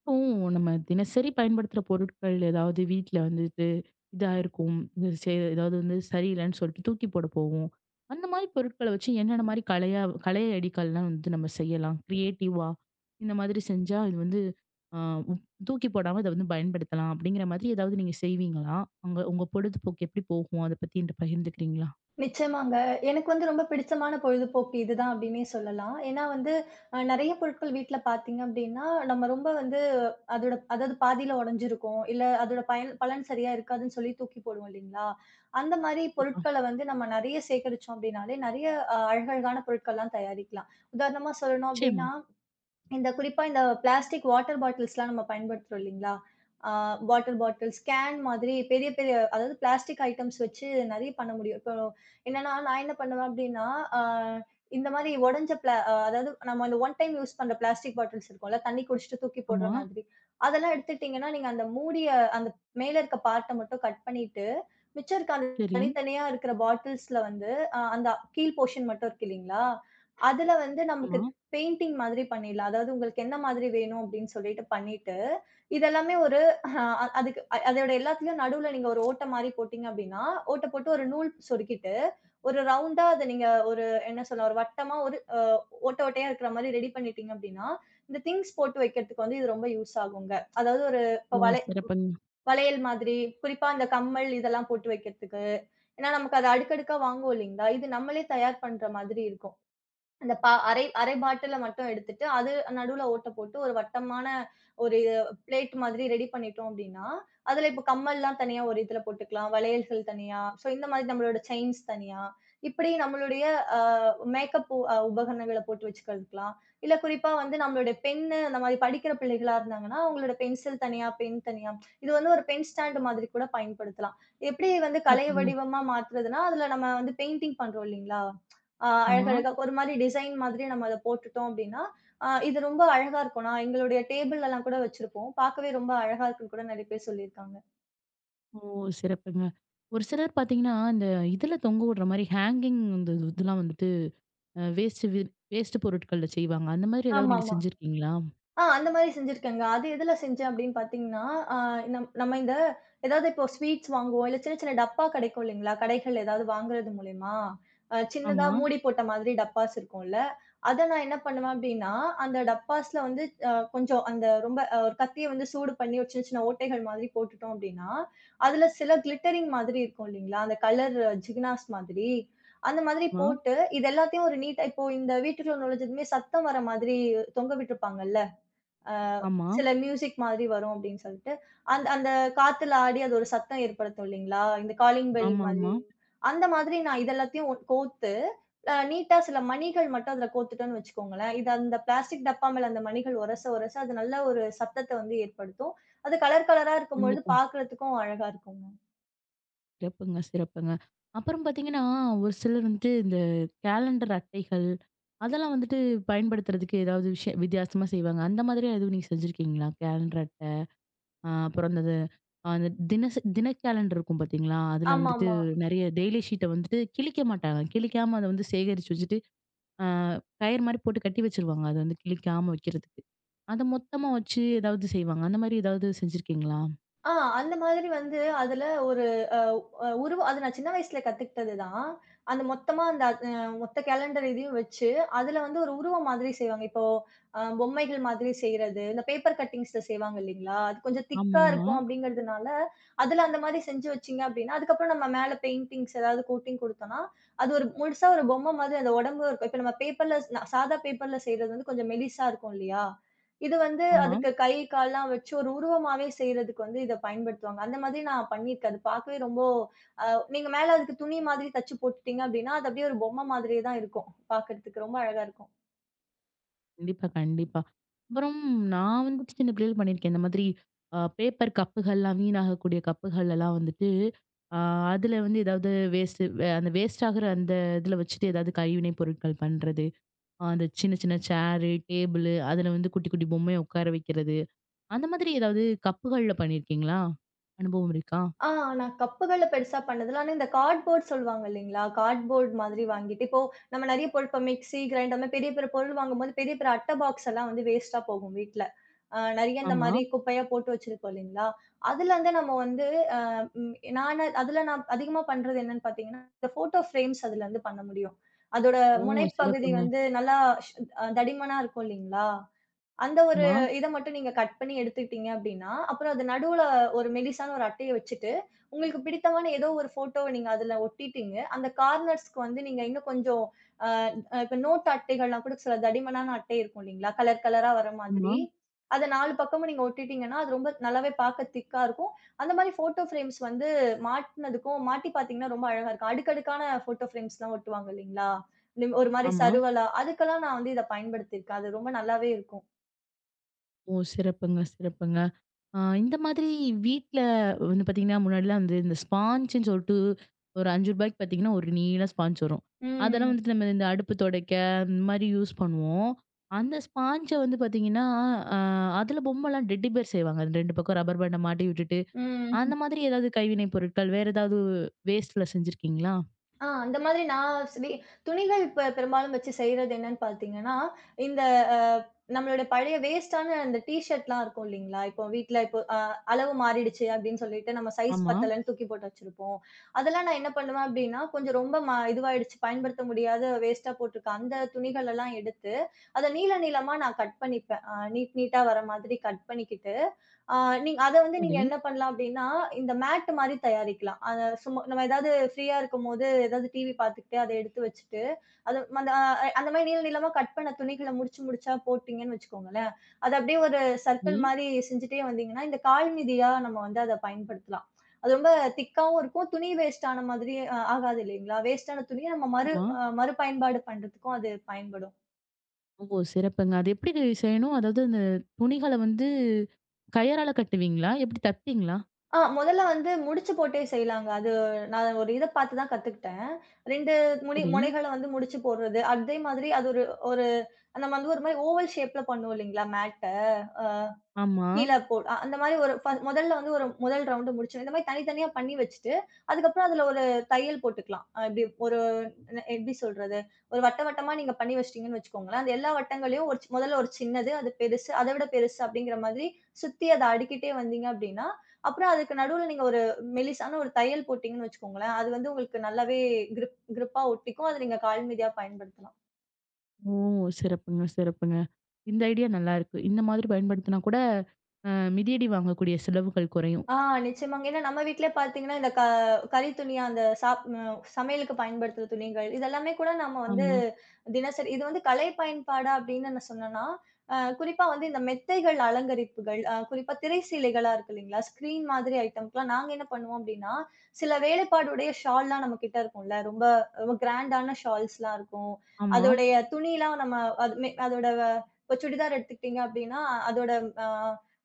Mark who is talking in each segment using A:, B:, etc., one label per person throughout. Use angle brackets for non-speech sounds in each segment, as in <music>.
A: இப்போ நம்ம தினசரி பயன்படுத்துற பொருட்கள் ஏதாவது வீட்ல வந்துட்டு இதா இருக்கும். இது ஏதாவது வந்து சரியில்லன்னு சொல்லிட்டு தூக்கி போட போவோம். அந்த மாரி பொருட்கள வச்சு என்னென்ன மாரி கலை அடிக்கல்லாம் வந்து நம்ம செய்யலாம்? கிரியேட்டிவா இந்த மாதிரி செஞ்சா இது வந்து அ தூக்கி போடாம இத வந்து பயன்படுத்தலாம் அப்படிங்கிற மாதிரி ஏதாவது நீங்க செய்வீங்களா? உங்க உங்க பொழுதுபோக்கு எப்படி போகும்? அத பத்தி என்ட்ட பகிர்ந்துக்கிறீங்களா?
B: நிச்சயமாங்க. எனக்கு வந்து ரொம்ப பிடிச்சமான பொழுதுபோக்கு இதுதான் அப்டின்னே சொல்லலாம். ஏன்னா வந்து நெறைய பொருட்கள் வீட்ல பார்த்தீங்க அப்டின்னா, நம்ம ரொம்ப வந்து அதோட அதாவது பாதியில உடைஞ்சிருக்கும். இல்ல அதோட பயன் பலன் சரியா இருக்காதுன்னு சொல்லி தூக்கி போடுவோம் இல்லைங்களா? அந்த மாரி
A: கண்டிப்பா.
B: பொருட்கள வந்து நம்ம நெறைய சேகரிச்சோம் அப்டின்னாலே, நெறைய அழகழகான பொருட்கள்லாம் தயாரிக்கலாம். உதாரணமா சொல்லணும்
A: நிச்சயமா.
B: அப்டின்னா, இந்த குறிப்பா இந்த பிளாஸ்டிக் வாட்டர் பாட்டில்ஸ்லாம் நம்ம பயன்படுத்துறோம் இல்லைங்களா? ஆ வாட்டர் பாட்டில்ஸ், கேன் மாதிரி பெரிய பெரிய அதாவது பிளாஸ்டிக் ஐட்டம்ஸ் வச்சு நெறைய பண்ண முடியும். இப்போ என்னன்னா, நான் என்ன பண்ணுவேன் அப்டின்னா, ஆ இந்த மாரி உடைஞ்ச பிளா அ அதாவது நம்ம அந்த ஒன் டைம் யூஸ் பண்ற பிளாஸ்டிக் பாட்டில்ஸ் இருக்கும்ல, தண்ணி குடிச்சுட்டு தூக்கி போடுற
A: ஆமா.
B: மாதிரி. அதெல்லாம் எடுத்துட்டீங்கன்னா, நீங்க அந்த மூடிய அந்த மேல இருக்க பார்ட்ட மட்டும் கட் பண்ணிட்டு, மிச்சம் இருக்க அந்த
A: சரி.
B: தனித்தனியா இருக்கிற பாட்டில்ஸ்ல வந்து, அந்த கீழ் போர்ஷன் மட்டும் இருக்கு இல்லைங்களா? அதுல வந்து நமக்கு
A: ஆமா.
B: பெயிண்டிங் மாதிரி பண்ணிடலாம். அதாவது உங்களுக்கு எந்த மாதிரி வேணும் அப்படின்னு சொல்லிட்டு பண்ணிட்டு, இதெல்லாமே ஒரு அ அதுக்கு அதோட எல்லாத்துலயும் நடுவுல நீங்க ஒரு ஓட்ட மாரி போட்டீங்க அப்படின்னா, ஓட்ட போட்டு ஒரு நூல் சொருகிட்டு, ஒரு ரவுண்டா அத நீங்க ஒரு என்ன சொல்ல ஒரு வட்டமா ஒரு ஓட்ட ஓட்டையா இருக்கிற மாரி ரெடி பண்ணிட்டீங்க அப்படின்னா, இந்த திங்ஸ் போட்டு வைக்கிறதுக்கு வந்து இது ரொம்ப யூஸ் ஆகுங்க. அதாவது ஒரு இப்ப
A: ஓ! சிறப்புங்க,
B: வளையல் மாதிரி, குறிப்பா இந்த கம்மல் இதெல்லாம் போட்டு வைக்கிறதுக்கு. ஏன்னா நமக்கு அது அடுக்கடுக்கா வாங்குவோம் இல்லைங்களா? இது நம்மளே தயார் பண்ற மாதிரி இருக்கும். அந்த அரை அரை பாட்டில மட்டும் எடுத்துட்டு, அது நடுவுல ஓட்ட போட்டு ஒரு வட்டமான ஒரு பிளேட் மாதிரி ரெடி பண்ணிட்டோம் அப்படின்னா, அதுல இப்போ கம்மல்லாம் தனியா ஒரு இதுல போட்டுக்கலாம். வளையல்கள் தனியா, ஸோ இந்த மாதிரி நம்மளோட செயின்ஸ் தனியா, இப்படி நம்மளுடைய அ மேக்கப் உ அ உபகரணங்கள போட்டு வச்சுக்கிறதுக்கலாம். இல்ல குறிப்பா வந்து நம்மளுடைய பென்னு அந்த மாதிரி படிக்கிற பிள்ளைகளா இருந்தாங்கன்னா, அவங்களோட பென்சில் தனியா, பென் தனியா, இது வந்து ஒரு பென் ஸ்டாண்ட் மாதிரி கூட பயன்படுத்தலாம். எப்படி வந்து கலை
A: சிறப்புங்க.
B: வடிவமா மாத்துறதுன்னா, அதுல நம்ம வந்து பெயிண்டிங் பண்றோம் இல்லைங்களா?
A: ஆமா.
B: அழகழகா ஒரு மாரி டிசைன் மாதிரி நம்ம அத போட்டுட்டோம் அப்படின்னா, இது ரொம்ப அழகா இருக்கும். நான் எங்களுடைய டேபிள்லலாம் கூட வச்சிருப்போம். பார்க்கவே ரொம்ப அழகா இருக்குன்னு கூட நெறைய பேர் சொல்லியிருக்காங்க.
A: ஓ! சிறப்புங்க. ஒரு சிலர் பார்த்தீங்கன்னா, இந்த இதில தொங்க விடுற மாரி ஹேங்கிங் இந்த இதெல்லாம் வந்துட்டு அ வேஸ்ட் வி வேஸ்ட்டு பொருட்கள்ல செய்வாங்க. அந்த மாதிரி ஏதாவது நீங்க
B: ஆமாமா.
A: செஞ்சிருக்கீங்களா?
B: அந்த மாரி செஞ்சிருக்கேங்க. அது எதுல செஞ்சேன் அப்படின்னு பார்த்தீங்கன்னா, ஆ நம் நம்ம இந்த ஏதாவது இப்போ ஸ்வீட்ஸ் வாங்குவோம். இல்ல சின்ன சின்ன டப்பா கிடைக்கும் இல்லைங்களா? கடைகள்ல ஏதாவது வாங்குறது மூலியமா, சின்னதா
A: ஆமா,
B: மூடி போட்ட மாதிரி டப்பாஸ் இருக்கும்ல. அத நான் என்ன பண்ணுவேன் அப்படின்னா, அந்த டப்பாஸ்ல வந்து கொஞ்சம் அந்த ரொம்ப ஒரு கத்திய வந்து சூடு பண்ணி ஒரு சின்ன சின்ன ஓட்டைகள் மாதிரி போட்டுட்டோம் அப்படின்னா, அதுல சில கிளிட்டரிங் மாதிரி இருக்கும் இல்லைங்களா? அந்த கலர் ஜிகினாஸ் மாதிரி. அந்த மாதிரி
A: ஆமா,
B: போட்டு, இது எல்லாத்தையும் ஒரு நீட்டா இப்போ இந்த வீட்டுக்குள்ள நுழைஞ்சதுமே சத்தம் வர மாதிரி தொங்க விட்டுருப்பாங்கல்ல. அ
A: ஆமா,
B: சில மியூசிக் மாதிரி வரும் அப்படின்னு சொல்லிட்டு, அந்த அந்த காத்துல ஆடி அது ஒரு சத்தம் ஏற்படுத்தும் இல்லைங்களா? இந்த காலிங் பெல் மாதிரி.
A: ஆமாமா.
B: அந்த மாதிரி நான் இது எல்லாத்தையும் கோர்த்து, நீட்டா சில மணிகள் மட்டும் அதுல கோர்த்துட்டோம்ன்னு வச்சுக்கோங்களேன், இது அந்த பிளாஸ்டிக் டப்பா மேல அந்த மணிகள் உரச உரச அது நல்ல ஒரு சத்தத்த வந்து ஏற்படுத்தும். அது கலர் கலரா இருக்கும்பொழுது
A: கண்டிப்பா.
B: பார்க்கறதுக்கும் அழகா இருக்குங்க.
A: சிறப்புங்க, சிறப்புங்க. அப்புறம் பார்த்தீங்கன்னா, ஒரு சிலர் வந்துட்டு இந்த கேலண்டர் அட்டைகள், அதெல்லாம் வந்துட்டு பயன்படுத்துறதுக்கு ஏதாவது விஷயம் வித்தியாசமா செய்வாங்க. அந்த மாதிரியா எதுவும் நீங்க செஞ்சிருக்கீங்களா? கேலண்டர் அட்ட? அப்புறம் அந்த தின கேலண்டர் இருக்கும் பார்த்தீங்களா? அதுல வந்துட்டு
B: ஆமாமா.
A: நெறைய டெய்லி ஷீட்ட வந்துட்டு கிழிக்க மாட்டாங்க. கிழிக்காம அத வந்து சேகரிச்சு வச்சுட்டு, அ கயிறு மாரி போட்டு கட்டி வச்சுருவாங்க. அது வந்து கிழிக்காம வைக்கிறதுக்கு. அத மொத்தமா வச்சு ஏதாவது செய்வாங்க. அந்த மாரி ஏதாவது செஞ்சிருக்கீங்களா?
B: ஆ அந்த மாதிரி வந்து அதுல ஒரு அ அ உருவ அது நான் சின்ன வயசுல கத்துக்கிட்டது தான். அந்த மொத்தமா அந்த மொத்த கேலண்டர் இதையும் வச்சு, அதுல வந்து ஒரு உருவம் மாதிரி செய்வாங்க. இப்போ பொம்மைகள் மாதிரி செய்றது, இந்த பேப்பர் கட்டிங்ஸ்ல செய்வாங்க இல்லீங்களா? அது கொஞ்சம் திக்கா
A: ஆமாமா.
B: இருக்கும் அப்படிங்கிறதுனால, அதுல அந்த மாதிரி செஞ்சு வச்சீங்க அப்படின்னா, அதுக்கப்புறம் நம்ம மேல பெயிண்டிங்ஸ் ஏதாவது கோட்டிங் குடுத்தோம்னா, அது ஒரு முழுசா ஒரு பொம்மை மாதிரி அந்த உடம்பு இருக்கும். இப்ப நம்ம பேப்பர்ல சாதா பேப்பர்ல செய்றது வந்து கொஞ்சம் மெலிசா இருக்கும் இல்லையா? இது வந்து
A: ஆமா. ஆமா
B: அதுக்கு கை, கால்லாம் வச்சு ஒரு உருவமாவே செய்றதுக்கு வந்து இத பயன்படுத்துவாங்க. அந்த மாதிரி நான் பண்ணியிருக்கேன். அது பார்க்கவே ரொம்போ அ நீங்க மேல அதுக்கு துணி மாதிரி தச்சு போட்டுட்டீங்க அப்டின்னா, அது அப்டியே ஒரு பொம்மை மாதிரியே தான் இருக்கும். பார்க்கறதுக்கு ரொம்ப அழகா இருக்கும்.
A: கண்டிப்பா, கண்டிப்பா. அப்புறம் நான் வந்துட்டு சின்ன பிள்ளையில பண்ணியிருக்கேன். இந்த மாதிரி பேப்பர் கப்புகள்லாம் வீணாகக்கூடிய கப்புகள் எல்லாம் வந்துட்டு, அ அதுல வந்து ஏதாவது வேஸ்ட்டு அந்த வேஸ்ட் ஆகுற அந்த இதுல வச்சுட்டு ஏதாவது கைவினை பொருட்கள் பண்றது. அந்த சின்ன சின்ன சேரு, டேபிளு அதுல வந்து குட்டி குட்டி பொம்மைய உட்கார வைக்கிறது. அந்த மாதிரி ஏதாவது கப்புகள்ல பண்ணியிருக்கீங்களா? அனுபவம் இருக்கா?
B: ஆ நான் கப்புகள பெருசா பண்ணதில்ல. ஆனா இந்த கார்ட்போர்ட் சொல்லுவாங்க இல்லைங்களா? கார்ட்போர்ட் மாதிரி வாங்கிட்டு, இப்போ நம்ம நெறைய பொருள் இப்போ மிக்ஸி, கிரைண்டர் அந்த மாரி பெரிய பெரிய பொருள் வாங்கும்போது, பெரிய பெரிய அட்டை பாக்ஸ் எல்லாம் வந்து வேஸ்ட்டா போகும் வீட்ல. நெறைய இந்த
A: ஆமா.
B: மாரி குப்பையா போட்டு வச்சிருப்போம் இல்லைங்களா? அதுலருந்து நம்ம வந்து அ ம் நானு அதுல நான் அதிகமா பண்றது என்னன்னு பார்த்தீங்கன்னா, இந்த ஃபோட்டோ ஃப்ரேம்ஸ் அதுலருந்து பண்ண முடியும். அதோட
A: ஓ!
B: முனைப்பகுதி
A: சிறப்புங்க.
B: வந்து நல்லா ஷ் அ தடிமனா இருக்கும் இல்லைங்களா? அந்த ஒரு
A: ஆமா,
B: இத மட்டும் நீங்க கட் பண்ணி எடுத்துக்கிட்டீங்க அப்டின்னா, அப்புறம் அது நடுவுல ஒரு மெலிசான ஒரு அட்டைய வச்சுட்டு, உங்களுக்கு பிடித்தமான ஏதோ ஒரு ஃபோட்டோவ நீங்க அதுல ஒட்டிட்டீங்க. அந்த கார்னர்ஸ்க்கு வந்து நீங்க இன்னும் கொஞ்சம் அ இப்ப நோட்டு அட்டைகள்லாம் கூட சில தடிமனான அட்டை இருக்கும் இல்லீங்களா? கலர் கலரா வர மாதிரி.
A: ஆமா,
B: அத 4 பக்கமும் நீங்க ஒட்டிட்டீங்கன்னா, அது ரொம்ப நல்லாவே பாக்க திக்கா இருக்கும். அந்த மாரி ஃபோட்டோ ஃப்ரேம்ஸ் வந்து மாட்னதுக்கும் மாட்டி பாத்தீங்கன்னா ரொம்ப அழகா இருக்கும். அடுக்கடுக்கான ஃபோட்டோ ஃப்ரேம்ஸ்லாம் ஒட்டுவாங்க இல்லீங்களா? ஒரு மாரி
A: ஆமா.
B: சருவலா, அதுக்கெல்லாம் நான் வந்து இத பயன்படுத்தியிருக்கேன். அது ரொம்ப நல்லாவே இருக்கும்.
A: ஓ! சிறப்புங்க, சிறப்புங்க. ஆ இந்த மாதிரி வீட்ல வந்து பார்த்தீங்கன்னா, முன்னாடிலாம் வந்து இந்த ஸ்பாஞ்சுன்னு சொல்லிட்டு ஒரு ரூ. 5க்கு பார்த்தீங்கன்னா, ஒரு நீள ஸ்பாஞ்ச் வரும். அதெல்லாம்
B: ம்,
A: வந்துட்டு நம்ம இந்த அடுப்பு துடைக்க இந்த மாதிரி யூஸ் பண்ணுவோம். அந்த ஸ்பாஞ்ச வந்து பார்த்தீங்கன்னா, அ அதுல பொம்மைலாம் டெடி பேர் செய்வாங்க. அது 2 பக்கம் ரப்பர் பேண்ட மாட்டி விட்டுட்டு அந்த
B: ம்.
A: மாதிரி ஏதாவது கைவினை பொருட்கள் வேற ஏதாவது வேஸ்ட்ல செஞ்சிருக்கீங்களா?
B: அந்த மாதிரி நான் வி துணிகள் பெரும்பாலும் வச்சு செய்றது என்னன்னு பார்த்தீங்கன்னா, இந்த அ நம்மளோட பழைய வேஸ்ட்டான அந்த டீ ஷர்ட்லாம் இருக்கும் இல்லைங்களா? இப்போ வீட்ல இப்போ அளவு மாறிடுச்சு அப்படின்னு சொல்லிட்டு நம்ம சைஸ்
A: ஆமா.
B: பத்தலன்னு தூக்கி போட்டு வச்சிருப்போம். அதெல்லாம் நான் என்ன பண்ணுவேன் அப்படின்னா, கொஞ்சம் ரொம்ப இதுவாயிடுச்சு பயன்படுத்த முடியாத வேஸ்ட்டா போட்டிருக்க அந்த துணிகளெல்லாம் எடுத்து, அத நீள நீளமா நான் கட் பண்ணிப்பேன். அ நீட் நீட்டா வர மாதிரி கட் பண்ணிக்கிட்டு, ஆ நீங்க அத வந்து நீங்க
A: சரி,
B: என்ன பண்ணலாம் அப்டின்னா, இந்த மேட் மாரி தயாரிக்கலாம். அத சும்மா நம்ம ஏதாவது ஃப்ரீயா இருக்கும்போது, ஏதாவது டிவி பார்த்துக்கிட்டே அத எடுத்து வச்சுட்டு, அது அந்த அந்த மாரி நீள நீளமா கட் பண்ண துணிகள முடிச்சு முடிச்சா போட்டீங்கன்னு வச்சுக்கோங்களேன், அது அப்படியே ஒரு
A: சரி.
B: சர்க்கிள் மாரி செஞ்சுட்டே வந்தீங்கன்னா, இந்த கால் மிதியா நம்ம வந்து அத பயன்படுத்தலாம். அது ரொம்ப திக்காவும் இருக்கும். துணி வேஸ்ட் ஆன மாதிரி ஆகாது இல்லைங்களா? வேஸ்டான துணிய நம்ம
A: ஆமா.
B: மறுபயன்பாடு பண்றதுக்கும் அது பயன்படும்.
A: ஓ! சிறப்புங்க. அது எப்படி செய்யணும்? அதாவது அந்த துணிகள வந்து கயறால கட்டுவீங்களா? எப்படி தப்பீங்களா?
B: முதல்ல வந்து முடிச்சு போட்டே செய்யலாங்க. அது நான் ஒரு இத பார்த்து தான் கத்துக்கிட்டேன். 2 முனை
A: சரி.
B: முனைகள வந்து முடிச்சு போடுறது. அதே மாதிரி அது ஒரு ஒரு நம்ம வந்து ஒரு மாரி ஓவல் ஷேப்ல பண்ணுவோம் இல்லைங்களா மேட்ட.
A: ஆமா.
B: கீழ போ அ அந்த மாரி ஒரு முதல்ல வந்து ஒரு முதல் ரவுண்டு முடிச்சோம். இந்த மாரி தனித்தனியா பண்ணி வச்சுட்டு, அதுக்கப்புறம் அதுல ஒரு தையல் போட்டுக்கலாம். இப்டி ஒரு எப்டி சொல்றது? ஒரு வட்ட வட்டமா நீங்க பண்ணி வச்சுட்டீங்கன்னு வச்சுக்கோங்களேன். அந்த எல்லா வட்டங்களையும் ஒரு முதல்ல ஒரு சின்னது, அது பெருசு, அத விட பெருசு அப்டிங்கிற மாதிரி சுத்தி அத அடுக்கிட்டே வந்தீங்க அப்டின்னா, அப்புறம் அதுக்கு நடுவுல நீங்க ஒரு மெலிசான ஒரு தையல் போட்டீங்கன்னு வச்சுக்கோங்களேன், அது வந்து உங்களுக்கு நல்லாவே கிரிப் கிரிப்பா ஒட்டிக்கும். அத நீங்க கால் மிதியா பயன்படுத்தலாம்.
A: ஓ! சிறப்புங்க, சிறப்புங்க. இந்த ஐடியா நல்லா இருக்கு. இந்த மாதிரி பயன்படுத்தினா கூட மிதியடி வாங்கக்கூடிய செலவுகள் குறையும்.
B: ஆ நிச்சயமாங்க. ஏன்னா நம்ம வீட்ல பார்த்தீங்கன்னா, இந்த கறி துணி, அந்த சாப் அ சமையலுக்கு பயன்படுத்துற துணிகள், இதெல்லாமே கூட நம்ம வந்து
A: ஆமா.
B: தினசரி இது வந்து கலை பயன்பாடா அப்படின்னு நான் சொன்னேன்னா, குறிப்பா வந்து இந்த மெத்தைகள் அலங்கரிப்புகள், குறிப்பா திரை சீலைகளா இருக்கு இல்லைங்களா? ஸ்க்ரீன் மாதிரி ஐட்டம்க்குலாம் நாங்க என்ன பண்ணுவோம் அப்படின்னா, சில வேலைப்பாடுடைய ஷால்லாம் நம்ம கிட்ட இருக்கும்ல. ரொம்ப ரொம்ப கிராண்டான ஷால்ஸ்லாம் இருக்கும்.
A: ஆமா.
B: அதோடைய துணிலாம் நம்ம அது அதோட இப்போ சுடிதார் எடுத்துக்கிட்டீங்க அப்படின்னா, அதோட அ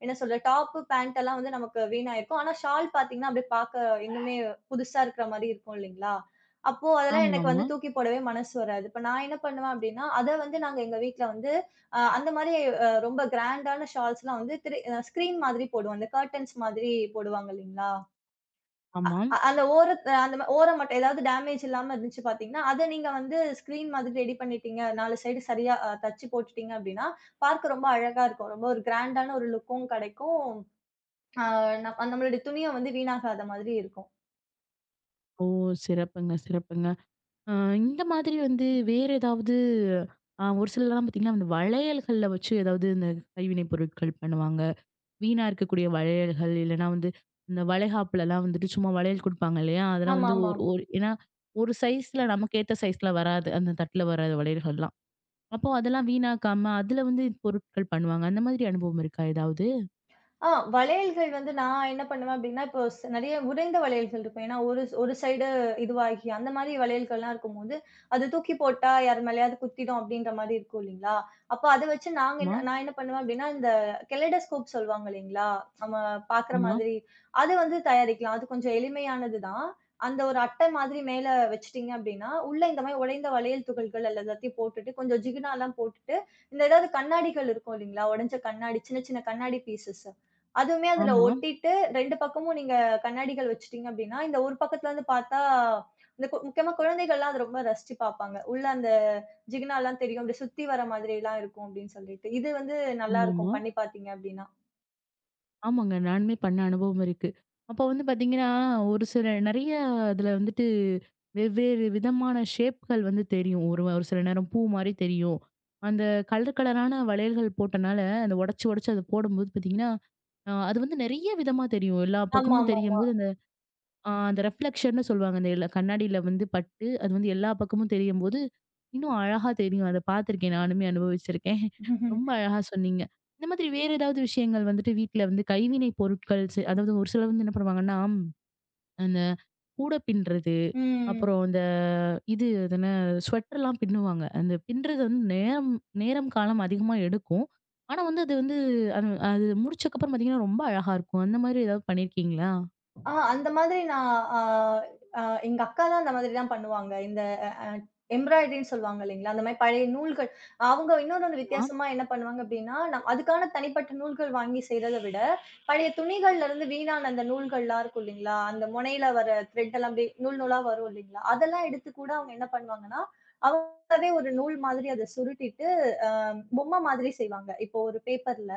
B: என்ன சொல்ல டாப்பு, பேண்ட் எல்லாம் வந்து நமக்கு வீணாயிருக்கும். ஆனா, ஷால் பார்த்தீங்கன்னா, அப்படியே பார்க்க இன்னுமே புதுசா இருக்கிற மாரி இருக்கும் இல்லைங்களா? அப்போ அதெல்லாம் எனக்கு வந்து
A: ஆமாமா.
B: தூக்கி போடவே மனசு வராது. இப்ப நான் என்ன பண்ணுவேன் அப்படின்னா, அத வந்து நாங்க எங்க வீட்ல வந்து அ அந்த மாரி அ ரொம்ப கிராண்டான ஷால்ஸ்லாம் வந்து திரு அ ஸ்க்ரீன் மாதிரி போடுவோம். அந்த கர்டன்ஸ் மாதிரி போடுவாங்க இல்லைங்களா?
A: ஆமாம்.
B: அந்த ஓரத் அந்த ம ஓரம் மட்டும் ஏதாவது டேமேஜ் இல்லாம இருந்துச்சு பார்த்தீங்கன்னா, அத நீங்க வந்து ஸ்க்ரீன் மாதிரி ரெடி பண்ணிட்டீங்க, 4 சைடு சரியா தச்சு போட்டுட்டீங்க அப்படின்னா, பார்க்க ரொம்ப அழகா இருக்கும். ரொம்ப ஒரு கிராண்டான ஒரு லுக்கும் கிடைக்கும். ஆ நம் நம்மளுடைய துணிய வந்து வீணாகாத மாதிரி இருக்கும்.
A: ஓ! சிறப்புங்க, சிறப்புங்க. அ இந்த மாதிரி வந்து வேற ஏதாவது ஒரு சிலர்லாம் பார்த்தீங்கன்னா, அந்த வளையல்கள்ல வச்சு ஏதாவது இந்த கைவினை பொருட்கள் பண்ணுவாங்க. வீணா இருக்கக்கூடிய வளையல்கள், இல்லன்னா வந்து இந்த வளைகாப்புலலாம் வந்துட்டு சும்மா வளையல் குடுப்பாங்க இல்லையா? அதெல்லாம் வந்து
B: ஆமாமா.
A: ஒரு ஒரு ஏன்னா ஒரு சைஸ்ல நமக்கு ஏத்த சைஸ்ல வராது. அந்த தட்டுல வராத வளையல்கள்லாம். அப்போ அதெல்லாம் வீணாக்காம அதுல வந்து பொருட்கள் பண்ணுவாங்க. அந்த மாதிரி அனுபவம் இருக்கா ஏதாவது?
B: வளையல்கள் வந்து நான் என்ன பண்ணுவேன் அப்டின்னா, இப்போ நெறைய உடைந்த வளையல்கள் இருக்கும். ஏன்னா, ஒரு ஒரு சைடு இதுவாகி அந்த மாரி வளையல்கள்லாம் இருக்கும்போது, அது தூக்கி போட்டா யார் மேலயாவது குத்திடும் அப்டின்ற மாரி இருக்கும் இல்லைங்களா? அப்போ அத வச்சு நாங்க
A: ஆமா,
B: என்ன நான் என்ன பண்ணுவேன் அப்டின்னா, இந்த கெலெடோஸ்கோப் சொல்லுவாங்க இல்லைங்களா? நம்ம பாக்குற
A: ஆமா,
B: மாதிரி, அது வந்து தயாரிக்கலாம். அது கொஞ்சம் எளிமையானது தான். அந்த ஒரு அட்டை மாதிரி மேல வச்சுட்டீங்க அப்டின்னா, உள்ள இந்த மாரி உடைந்த வளையல் துகள்கள் அல்லது எல்லாத்தையும் போட்டுட்டு, கொஞ்சம் ஜிகினாலாம் போட்டுட்டு, இந்த ஏதாவது கண்ணாடிகள் இருக்கும் இல்லைங்களா? உடைஞ்ச கண்ணாடி, சின்ன சின்ன கண்ணாடி பீசஸ் அதுவுமே அதுல
A: ஆமா,
B: ஒட்டிட்டு 2 பக்கமும் நீங்க கண்ணாடிகள் வச்சுட்டீங்க அப்டின்னா, இந்த ஒரு பக்கத்துல இருந்து பார்த்தா, இந்த முக்கியமா குழந்தைகள்லாம் அத ரொம்ப ரசிச்சு பார்ப்பாங்க. உள்ள அந்த ஜிகினாலாம் தெரியும். அப்டி சுத்தி வர மாதிரிலாம் இருக்கும் அப்டின்னு சொல்லிட்டு. இது வந்து நல்லாருக்கும்
A: ஆமாமா.
B: பண்ணி பார்த்தீங்க அப்டின்னா.
A: ஆமாங்க. நானுமே பண்ண அனுபவம் இருக்கு. அப்ப வந்து பார்த்தீங்கன்னா, ஒரு சில நெறைய அதுல வந்துட்டு வெவ்வேறு விதமான ஷேப்கள் வந்து தெரியும். ஒரு ஒரு சில நேரம் பூ மாரி தெரியும். அந்த கலர் கலரான வளையல்கள் போட்டனால, அந்த உடைச்சு உடைச்சு அத போடும்போது பார்த்தீங்கன்னா, அது வந்து நெறைய விதமா தெரியும். எல்லா பக்கமும்
B: ஆமாமா.
A: தெரியும்போது அந்த ஆ அந்த ரெஃப்ளெக்ஷன்னு சொல்லுவாங்க. அந்த எல்ல கண்ணாடியில வந்து பட்டு, அது வந்து எல்லா பக்கமும் தெரியும்போது, இன்னும் அழகா தெரியும். அத பார்த்துருக்கேன். நானுமே அனுபவிச்சிருக்கேன். <laughs>
B: ம்.
A: ரொம்ப அழகா சொன்னீங்க. இந்த மாதிரி வேற ஏதாவது விஷயங்கள் வந்துட்டு வீட்ல வந்து கைவினை பொருட்கள் அதாவது ஒரு சிலர் வந்து என்ன பண்ணுவாங்கன்னா, அந்த கூடை பின்றது, அப்புறம்
B: <laughs>
A: இந்த இது அது என்ன ஸ்வெட்டர்லாம் பின்னுவாங்க. அந்த பின்றது வந்து நேரம் நேரம் காலம் அதிகமா எடுக்கும். ஆனா வந்து அது வந்து அது அது முடிச்சக்கப்புறம் பார்த்தீங்கன்னா, ரொம்ப அழகா இருக்கும். அந்த மாதிரி ஏதாவது பண்ணியிருக்கீங்களா?
B: அந்த மாதிரி நான் ஆ ஆ எங்க அக்காலாம் அந்த மாதிரி தான் பண்ணுவாங்க. இந்த அ அ எம்ப்ராய்டரின்னு சொல்லுவாங்க இல்லைங்களா? அந்த மாரி பழைய நூல்கள் அவங்க இன்னொன்னு
A: ஆமா.
B: வித்தியாசமா என்ன பண்ணுவாங்க அப்டின்னா, அதுக்கான தனிப்பட்ட நூல்கள் வாங்கி செய்றத விட, பழைய துணிகள்ல இருந்து வீணான அந்த நூல்கள்லாம் இருக்கும் இல்லைங்களா? அந்த முனையில வர த்ரெட் எல்லாம் அப்டியே நூல் நூலா வரும் இல்லைங்களா? அதெல்லாம் எடுத்து கூட அவங்க என்ன பண்ணுவாங்கன்னா, அவங்களாவே ஒரு நூல் மாதிரி அத சுருட்டிட்டு, அ பொம்மை மாதிரி செய்வாங்க. இப்போ ஒரு பேப்பர்ல.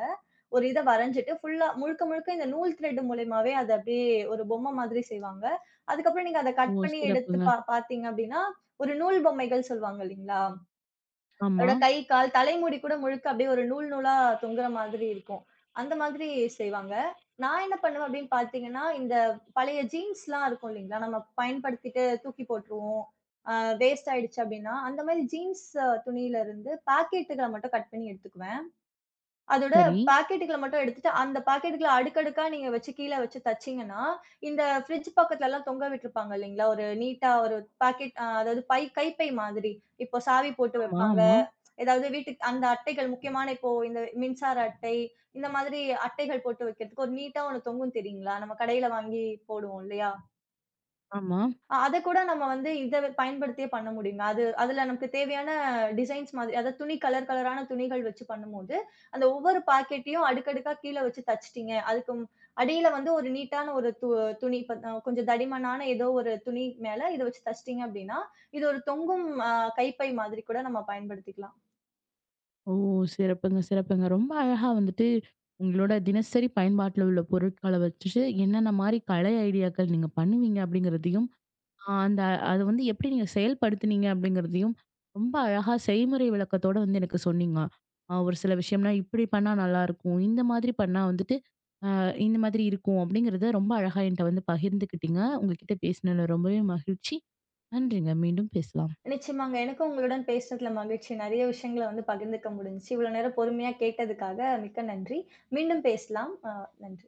B: ஒரு இத வரைஞ்சுட்டு ஃபுல்லா முழுக்க, முழுக்க இந்த நூல் த்ரெட் மூலியமாவே அத அப்படியே ஒரு பொம்மை மாதிரி செய்வாங்க. அதுக்கப்புறம் நீங்க அத
A: ஓ!
B: கட் பண்ணி எடுத்து
A: சிறப்புங்க.
B: பார்த்தீங்க அப்படின்னா, ஒரு நூல் பொம்மைகள் சொல்லுவாங்க இல்லீங்களா?
A: ஆமா.
B: அதோட கை, கால், தலைமுடி கூட முழுக்க அப்படியே ஒரு நூல் நூலா தொங்குற மாதிரி இருக்கும். அந்த மாதிரி செய்வாங்க. நான் என்ன பண்ணுவேன் அப்படின்னு பார்த்தீங்கன்னா, இந்த பழைய ஜீன்ஸ்லாம் இருக்கும் இல்லீங்களா? நம்ம பயன்படுத்திட்டு தூக்கி போட்டுருவோம். அ வேஸ்ட் ஆயிடுச்சு அப்படின்னா, அந்த மாரி ஜீன்ஸ் துணியில இருந்து பாக்கெட்டுகள மட்டும் கட் பண்ணி எடுத்துக்குவேன். அதோட
A: சரி.
B: பாக்கெட்டுகள மட்டும் எடுத்துட்டு, அந்த பாக்கெட்டுகள அடுக்கடுக்கா நீங்க வச்சு கீழ வச்சு தச்சீங்கன்னா, இந்த ஃப்ரிட்ஜ் பக்கத்துலலாம் தொங்க விட்டுருப்பாங்க இல்லைங்களா? ஒரு நீட்டா ஒரு பாக்கெட் அதாவது கைப்பை மாதிரி. இப்போ சாவி போட்டு
A: ஆமா,
B: வைப்பாங்க.
A: ஆமா,
B: ஏதாவது வீட்டுக்கு அந்த அட்டைகள் முக்கியமான இப்போ இந்த மின்சார அட்டை, இந்த மாதிரி அட்டைகள் போட்டு வைக்கிறதுக்கு ஒரு நீட்டா ஒண்ணு தொங்கும் தெரியுங்களா? நம்ம கடையில வாங்கி போடுவோம் இல்லையா?
A: ஆமா.
B: அத கூட நம்ம வந்து இத பயன்படுத்தியே பண்ண முடியுங்க. அது அதுல நமக்கு தேவையான டிசைன்ஸ் மாதிரி அதாவது துணி கலர் கலரான துணிகள் வச்சு பண்ணும்போது, அந்த ஒவ்வொரு பாக்கெட்டையும் அடுக்கடுக்கா கீழ வச்சு தச்சுட்டீங்க. அடியில வந்து ஒரு நீட்டான ஒரு துணி இப்ப கொஞ்சம் தடிமனான ஏதோ ஒரு துணி மேல இத வச்சு தச்சுட்டீங்க அப்படின்னா, இது ஒரு தொங்கும் கைப்பை மாதிரி கூட நம்ம பயன்படுத்திக்கலாம்.
A: ஓ! சிறப்புங்க, சிறப்புங்க. ரொம்ப அழகா வந்துட்டு உங்களோட தினசரி பயன்பாட்டுல உள்ள பொருட்கள வச்சுட்டு, என்னென்ன மாரி கலை ஐடியாக்கள் நீங்க பண்ணுவீங்க அப்படிங்கிறதையும், அந்த அத வந்து எப்படி நீங்க செயல்படுத்துனீங்க அப்படிங்கிறதையும், ரொம்ப அழகா செய்முறை விளக்கத்தோட வந்து எனக்கு சொன்னீங்க. ஒரு சில விஷயம்னா இப்படி பண்ணா நல்லாயிருக்கும். இந்த மாதிரி பண்ணா வந்துட்டு, அ இந்த மாதிரி இருக்கும் அப்படிங்கிறத ரொம்ப அழகா என்ட்ட வந்து பகிர்ந்துக்கிட்டீங்க. உங்ககிட்ட பேசினதுல ரொம்பவே மகிழ்ச்சி. நன்றிங்க. மீண்டும் பேசலாம்.
B: நிச்சயமாங்க. எனக்கும் உங்களுடன் பேசினதுல மகிழ்ச்சி. நெறைய விஷயங்கள வந்து பகிர்ந்துக்க முடிஞ்சுச்சு. இவ்வளோ நேரம் பொறுமையா கேட்டதுக்காக மிக்க நன்றி. மீண்டும் பேசலாம். நன்றி.